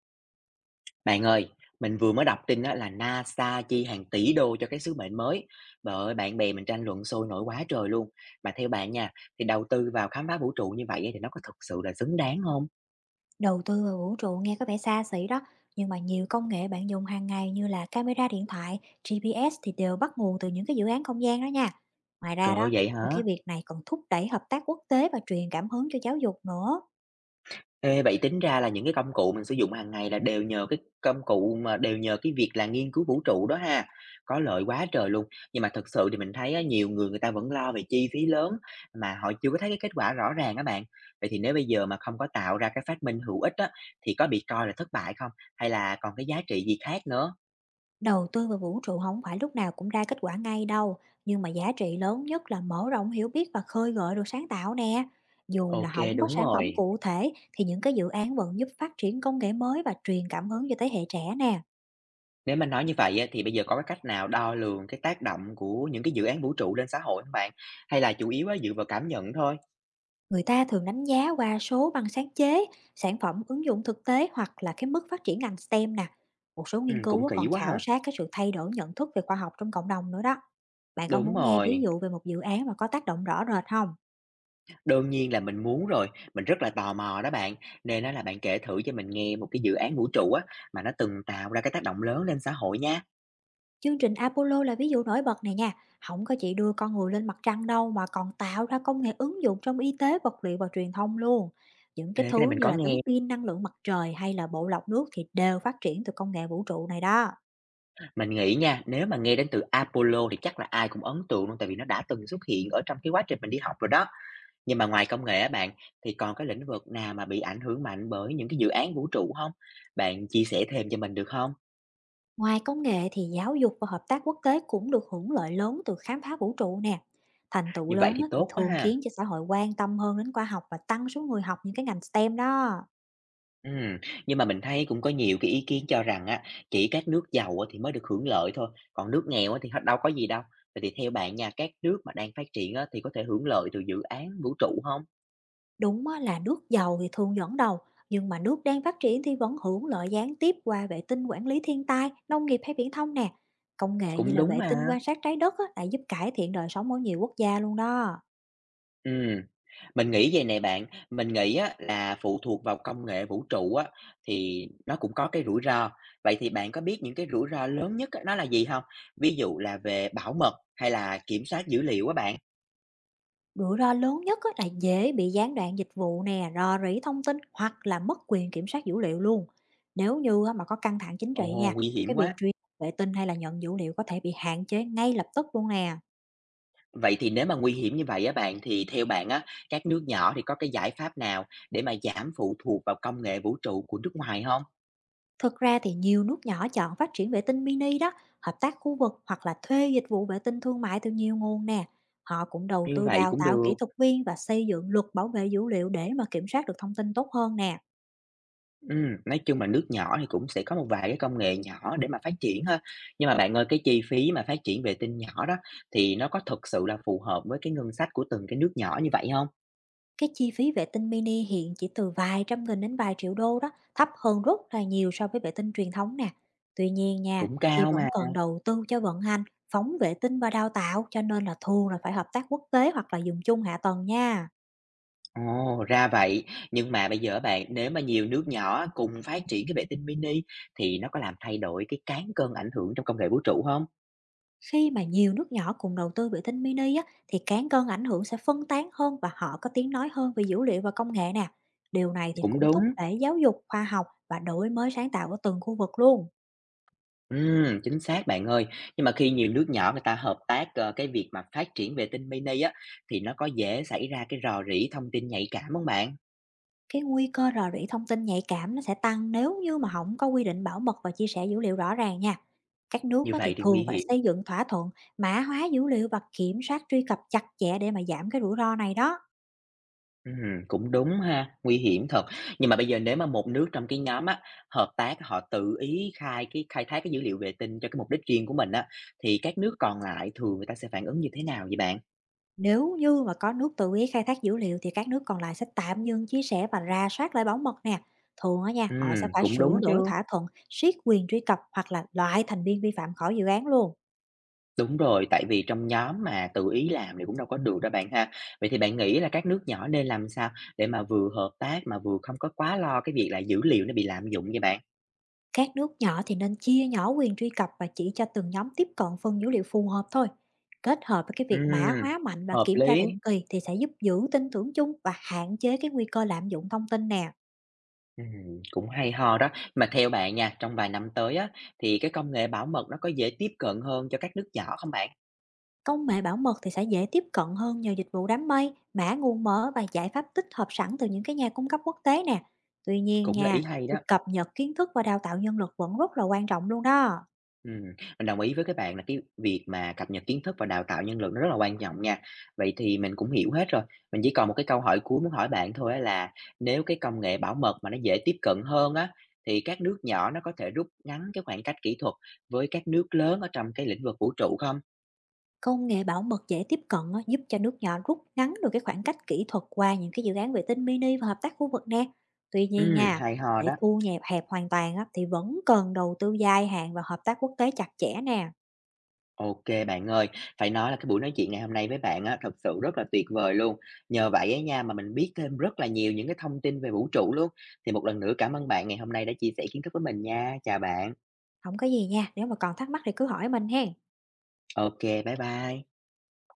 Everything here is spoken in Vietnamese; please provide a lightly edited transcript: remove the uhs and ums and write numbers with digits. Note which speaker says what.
Speaker 1: Bạn ơi, mình vừa mới đọc tin á, là NASA chi hàng tỷ đô cho cái sứ mệnh mới. Bởi ơi, bạn bè mình tranh luận sôi nổi quá trời luôn. Mà theo bạn nha, thì đầu tư vào khám phá vũ trụ như vậy á, thì nó có thực sự là xứng đáng không?
Speaker 2: Đầu tư vào vũ trụ nghe có vẻ xa xỉ đó, nhưng mà nhiều công nghệ bạn dùng hàng ngày như là camera điện thoại, GPS thì đều bắt nguồn từ những cái dự án không gian đó nha. Ngoài
Speaker 1: Trời
Speaker 2: ra
Speaker 1: ơi,
Speaker 2: đó,
Speaker 1: vậy
Speaker 2: thì
Speaker 1: hả?
Speaker 2: cái việc này còn thúc đẩy hợp tác quốc tế và truyền cảm hứng cho giáo dục nữa.
Speaker 1: Ê, vậy tính ra là những cái công cụ mình sử dụng hàng ngày là đều nhờ cái việc là nghiên cứu vũ trụ đó ha. Có lợi quá trời luôn. Nhưng mà thật sự thì mình thấy á, nhiều người người ta vẫn lo về chi phí lớn mà họ chưa có thấy cái kết quả rõ ràng á bạn. Vậy thì nếu bây giờ mà không có tạo ra cái phát minh hữu ích á, thì có bị coi là thất bại không? Hay là còn cái giá trị gì khác nữa?
Speaker 2: Đầu tư vào vũ trụ không phải lúc nào cũng ra kết quả ngay đâu, nhưng mà giá trị lớn nhất là mở rộng hiểu biết và khơi gợi được sáng tạo nè. Dù là
Speaker 1: Ok,
Speaker 2: không có
Speaker 1: đúng
Speaker 2: sản phẩm
Speaker 1: rồi.
Speaker 2: cụ thể thì những cái dự án vẫn giúp phát triển công nghệ mới và truyền cảm hứng cho thế hệ trẻ nè.
Speaker 1: Nếu mà nói như vậy á, thì bây giờ có cái cách nào đo lường cái tác động của những cái dự án vũ trụ lên xã hội không bạn? Hay là chủ yếu á, dựa vào cảm nhận thôi?
Speaker 2: Người ta thường đánh giá qua số bằng sáng chế, sản phẩm ứng dụng thực tế hoặc là cái mức phát triển ngành STEM nè. Một số
Speaker 1: Ừ,
Speaker 2: nghiên
Speaker 1: cũng
Speaker 2: cứu á,
Speaker 1: kỹ
Speaker 2: còn
Speaker 1: quá
Speaker 2: khảo
Speaker 1: ha.
Speaker 2: sát cái sự thay đổi nhận thức về khoa học trong cộng đồng nữa đó. Bạn có
Speaker 1: Đúng
Speaker 2: muốn nghe ví
Speaker 1: rồi,
Speaker 2: dụ về một dự án mà có tác động rõ rệt không?
Speaker 1: đương nhiên là mình muốn rồi, mình rất là tò mò đó bạn, nên á là bạn kể thử cho mình nghe một cái dự án vũ trụ á, mà nó từng tạo ra cái tác động lớn lên xã hội nha.
Speaker 2: Chương trình Apollo là ví dụ nổi bật này nha. Không có chỉ đưa con người lên mặt trăng đâu, mà còn tạo ra công nghệ ứng dụng trong y tế, vật liệu và truyền thông luôn. Những
Speaker 1: Ê,
Speaker 2: cái
Speaker 1: cái này
Speaker 2: thứ
Speaker 1: mình
Speaker 2: như
Speaker 1: có
Speaker 2: là
Speaker 1: nghe,
Speaker 2: tấm pin năng lượng mặt trời hay là bộ lọc nước thì đều phát triển từ công nghệ vũ trụ này đó.
Speaker 1: mình nghĩ nha, nếu mà nghe đến từ Apollo thì chắc là ai cũng ấn tượng luôn, tại vì nó đã từng xuất hiện ở trong cái quá trình mình đi học rồi đó. Nhưng mà ngoài công nghệ á bạn, thì còn cái lĩnh vực nào mà bị ảnh hưởng mạnh bởi những cái dự án vũ trụ không? Bạn chia sẻ thêm cho mình được không?
Speaker 2: Ngoài công nghệ thì giáo dục và hợp tác quốc tế cũng được hưởng lợi lớn từ khám phá vũ trụ nè. Thành tựu
Speaker 1: Như vậy
Speaker 2: lớn
Speaker 1: thì
Speaker 2: á, thì
Speaker 1: tốt quá
Speaker 2: thường
Speaker 1: ha.
Speaker 2: khiến cho xã hội quan tâm hơn đến khoa học và tăng số người học những cái ngành STEM đó.
Speaker 1: Ừm, nhưng mà mình thấy cũng có nhiều cái ý kiến cho rằng á, chỉ các nước giàu á thì mới được hưởng lợi thôi, còn nước nghèo á thì hết đâu có gì đâu. Vậy thì theo bạn nha, các nước mà đang phát triển á thì có thể hưởng lợi từ dự án vũ trụ không?
Speaker 2: Đúng á, là nước giàu thì thường dẫn đầu, nhưng mà nước đang phát triển thì vẫn hưởng lợi gián tiếp qua vệ tinh quản lý thiên tai, nông nghiệp hay viễn thông nè. Công nghệ như
Speaker 1: Cũng
Speaker 2: là
Speaker 1: đúng
Speaker 2: vệ tinh
Speaker 1: mà.
Speaker 2: quan sát trái đất á, đã giúp cải thiện đời sống ở nhiều quốc gia luôn đó.
Speaker 1: Ừm, mình nghĩ vầy nè bạn, mình nghĩ á là phụ thuộc vào công nghệ vũ trụ á, thì nó cũng có cái rủi ro. Vậy thì bạn có biết những cái rủi ro lớn nhất á nó là gì không? Ví dụ là về bảo mật hay là kiểm soát dữ liệu á bạn?
Speaker 2: Rủi ro lớn nhất á là dễ bị gián đoạn dịch vụ nè, rò rỉ thông tin hoặc là mất quyền kiểm soát dữ liệu luôn. Nếu như á mà có căng thẳng chính trị
Speaker 1: Ồ,
Speaker 2: nha,
Speaker 1: nguy hiểm
Speaker 2: cái việc
Speaker 1: quá!
Speaker 2: truy vệ tinh hay là nhận dữ liệu có thể bị hạn chế ngay lập tức luôn nè.
Speaker 1: Vậy thì nếu mà nguy hiểm như vậy á bạn, thì theo bạn á, các nước nhỏ thì có cái giải pháp nào để mà giảm phụ thuộc vào công nghệ vũ trụ của nước ngoài không?
Speaker 2: Thực ra thì nhiều nước nhỏ chọn phát triển vệ tinh mini đó, hợp tác khu vực hoặc là thuê dịch vụ vệ tinh thương mại từ nhiều nguồn nè. Họ cũng đầu
Speaker 1: Như
Speaker 2: tư
Speaker 1: vậy
Speaker 2: đào
Speaker 1: cũng
Speaker 2: tạo
Speaker 1: được.
Speaker 2: kỹ thuật viên và xây dựng luật bảo vệ dữ liệu để mà kiểm soát được thông tin tốt hơn nè.
Speaker 1: Nói chung là nước nhỏ thì cũng sẽ có một vài cái công nghệ nhỏ để mà phát triển ha. Nhưng mà bạn ơi, cái chi phí mà phát triển vệ tinh nhỏ đó, thì nó có thực sự là phù hợp với cái ngân sách của từng cái nước nhỏ như vậy không?
Speaker 2: Cái chi phí vệ tinh mini hiện chỉ từ vài trăm nghìn đến vài triệu đô đó, thấp hơn rất là nhiều so với vệ tinh truyền thống nè. Tuy nhiên nha,
Speaker 1: Cũng
Speaker 2: thì
Speaker 1: cao mà.
Speaker 2: vẫn cần đầu tư cho vận hành, phóng vệ tinh và đào tạo, cho nên là thường là phải hợp tác quốc tế hoặc là dùng chung hạ tầng nha.
Speaker 1: Ồ, ra vậy. Nhưng mà bây giờ bạn, nếu mà nhiều nước nhỏ cùng phát triển cái vệ tinh mini thì nó có làm thay đổi cái cán cân ảnh hưởng trong công nghệ vũ trụ không?
Speaker 2: Khi mà nhiều nước nhỏ cùng đầu tư vệ tinh mini á, thì cán cân ảnh hưởng sẽ phân tán hơn và họ có tiếng nói hơn về dữ liệu và công nghệ nè. Điều này thì
Speaker 1: Cũng
Speaker 2: cũng
Speaker 1: đúng,
Speaker 2: thúc đẩy giáo dục, khoa học và đổi mới sáng tạo ở từng khu vực luôn.
Speaker 1: chính xác bạn ơi. Nhưng mà khi nhiều nước nhỏ người ta hợp tác, cái việc mà phát triển vệ tinh mini á, thì nó có dễ xảy ra cái rò rỉ thông tin nhạy cảm không bạn?
Speaker 2: Cái nguy cơ rò rỉ thông tin nhạy cảm nó sẽ tăng nếu như mà không có quy định bảo mật và chia sẻ dữ liệu rõ ràng nha. Các nước
Speaker 1: Như
Speaker 2: á thì
Speaker 1: vậy thì nguy
Speaker 2: thường phải
Speaker 1: hiểm.
Speaker 2: xây dựng thỏa thuận mã hóa dữ liệu và kiểm soát truy cập chặt chẽ để mà giảm cái rủi ro này đó.
Speaker 1: Ừm, cũng đúng ha, nguy hiểm thật. Nhưng mà bây giờ nếu mà một nước trong cái nhóm á, hợp tác họ tự ý khai thác cái dữ liệu vệ tinh cho cái mục đích riêng của mình á, thì các nước còn lại thường người ta sẽ phản ứng như thế nào vậy bạn?
Speaker 2: Nếu như mà có nước tự ý khai thác dữ liệu thì các nước còn lại sẽ tạm ngưng chia sẻ và rà soát lại bảo mật nè. Thường á nha, họ sẽ phải
Speaker 1: Cũng
Speaker 2: sửa
Speaker 1: đúng
Speaker 2: đổi
Speaker 1: chứ.
Speaker 2: thỏa thuận, siết quyền truy cập hoặc là loại thành viên vi phạm khỏi dự án luôn.
Speaker 1: Đúng rồi, tại vì trong nhóm mà tự ý làm thì cũng đâu có được đâu bạn ha. Vậy thì bạn nghĩ là các nước nhỏ nên làm sao để mà vừa hợp tác mà vừa không có quá lo cái việc là dữ liệu nó bị lạm dụng vậy bạn?
Speaker 2: Các nước nhỏ thì nên chia nhỏ quyền truy cập và chỉ cho từng nhóm tiếp cận phần dữ liệu phù hợp thôi. Kết hợp với cái việc mã
Speaker 1: Ừm,
Speaker 2: hóa mạnh và
Speaker 1: hợp
Speaker 2: kiểm tra
Speaker 1: lý.
Speaker 2: định kỳ thì sẽ giúp giữ tin tưởng chung và hạn chế cái nguy cơ lạm dụng thông tin nè.
Speaker 1: Ừm, cũng hay ho đó. Mà theo bạn nha, trong vài năm tới á thì cái công nghệ bảo mật nó có dễ tiếp cận hơn cho các nước nhỏ không bạn?
Speaker 2: Công nghệ bảo mật thì sẽ dễ tiếp cận hơn nhờ dịch vụ đám mây, mã nguồn mở và giải pháp tích hợp sẵn từ những cái nhà cung cấp quốc tế nè. Tuy nhiên
Speaker 1: Cũng là ý
Speaker 2: nha,
Speaker 1: hay đó.
Speaker 2: thì cập nhật kiến thức và đào tạo nhân lực vẫn rất là quan trọng luôn đó.
Speaker 1: Ừm, mình đồng ý với các bạn là cái việc mà cập nhật kiến thức và đào tạo nhân lực nó rất là quan trọng nha. Vậy thì mình cũng hiểu hết rồi, mình chỉ còn một cái câu hỏi cuối muốn hỏi bạn thôi á là nếu cái công nghệ bảo mật mà nó dễ tiếp cận hơn á, thì các nước nhỏ nó có thể rút ngắn cái khoảng cách kỹ thuật với các nước lớn ở trong cái lĩnh vực vũ trụ không?
Speaker 2: Công nghệ bảo mật dễ tiếp cận á, giúp cho nước nhỏ rút ngắn được cái khoảng cách kỹ thuật qua những cái dự án vệ tinh mini và hợp tác khu vực nè. Tuy nhiên nha,
Speaker 1: Hay ho
Speaker 2: để
Speaker 1: đó.
Speaker 2: thu nhẹp hẹp hoàn toàn á, thì vẫn cần đầu tư dài hạn và hợp tác quốc tế chặt chẽ nè.
Speaker 1: OK, bạn ơi, phải nói là cái buổi nói chuyện ngày hôm nay với bạn á, thật sự rất là tuyệt vời luôn. Nhờ vậy á nha mà mình biết thêm rất là nhiều những cái thông tin về vũ trụ luôn. Thì một lần nữa cảm ơn bạn ngày hôm nay đã chia sẻ kiến thức với mình nha. Chào bạn.
Speaker 2: Không có gì nha, nếu mà còn thắc mắc thì cứ hỏi mình hen.
Speaker 1: OK, bye bye.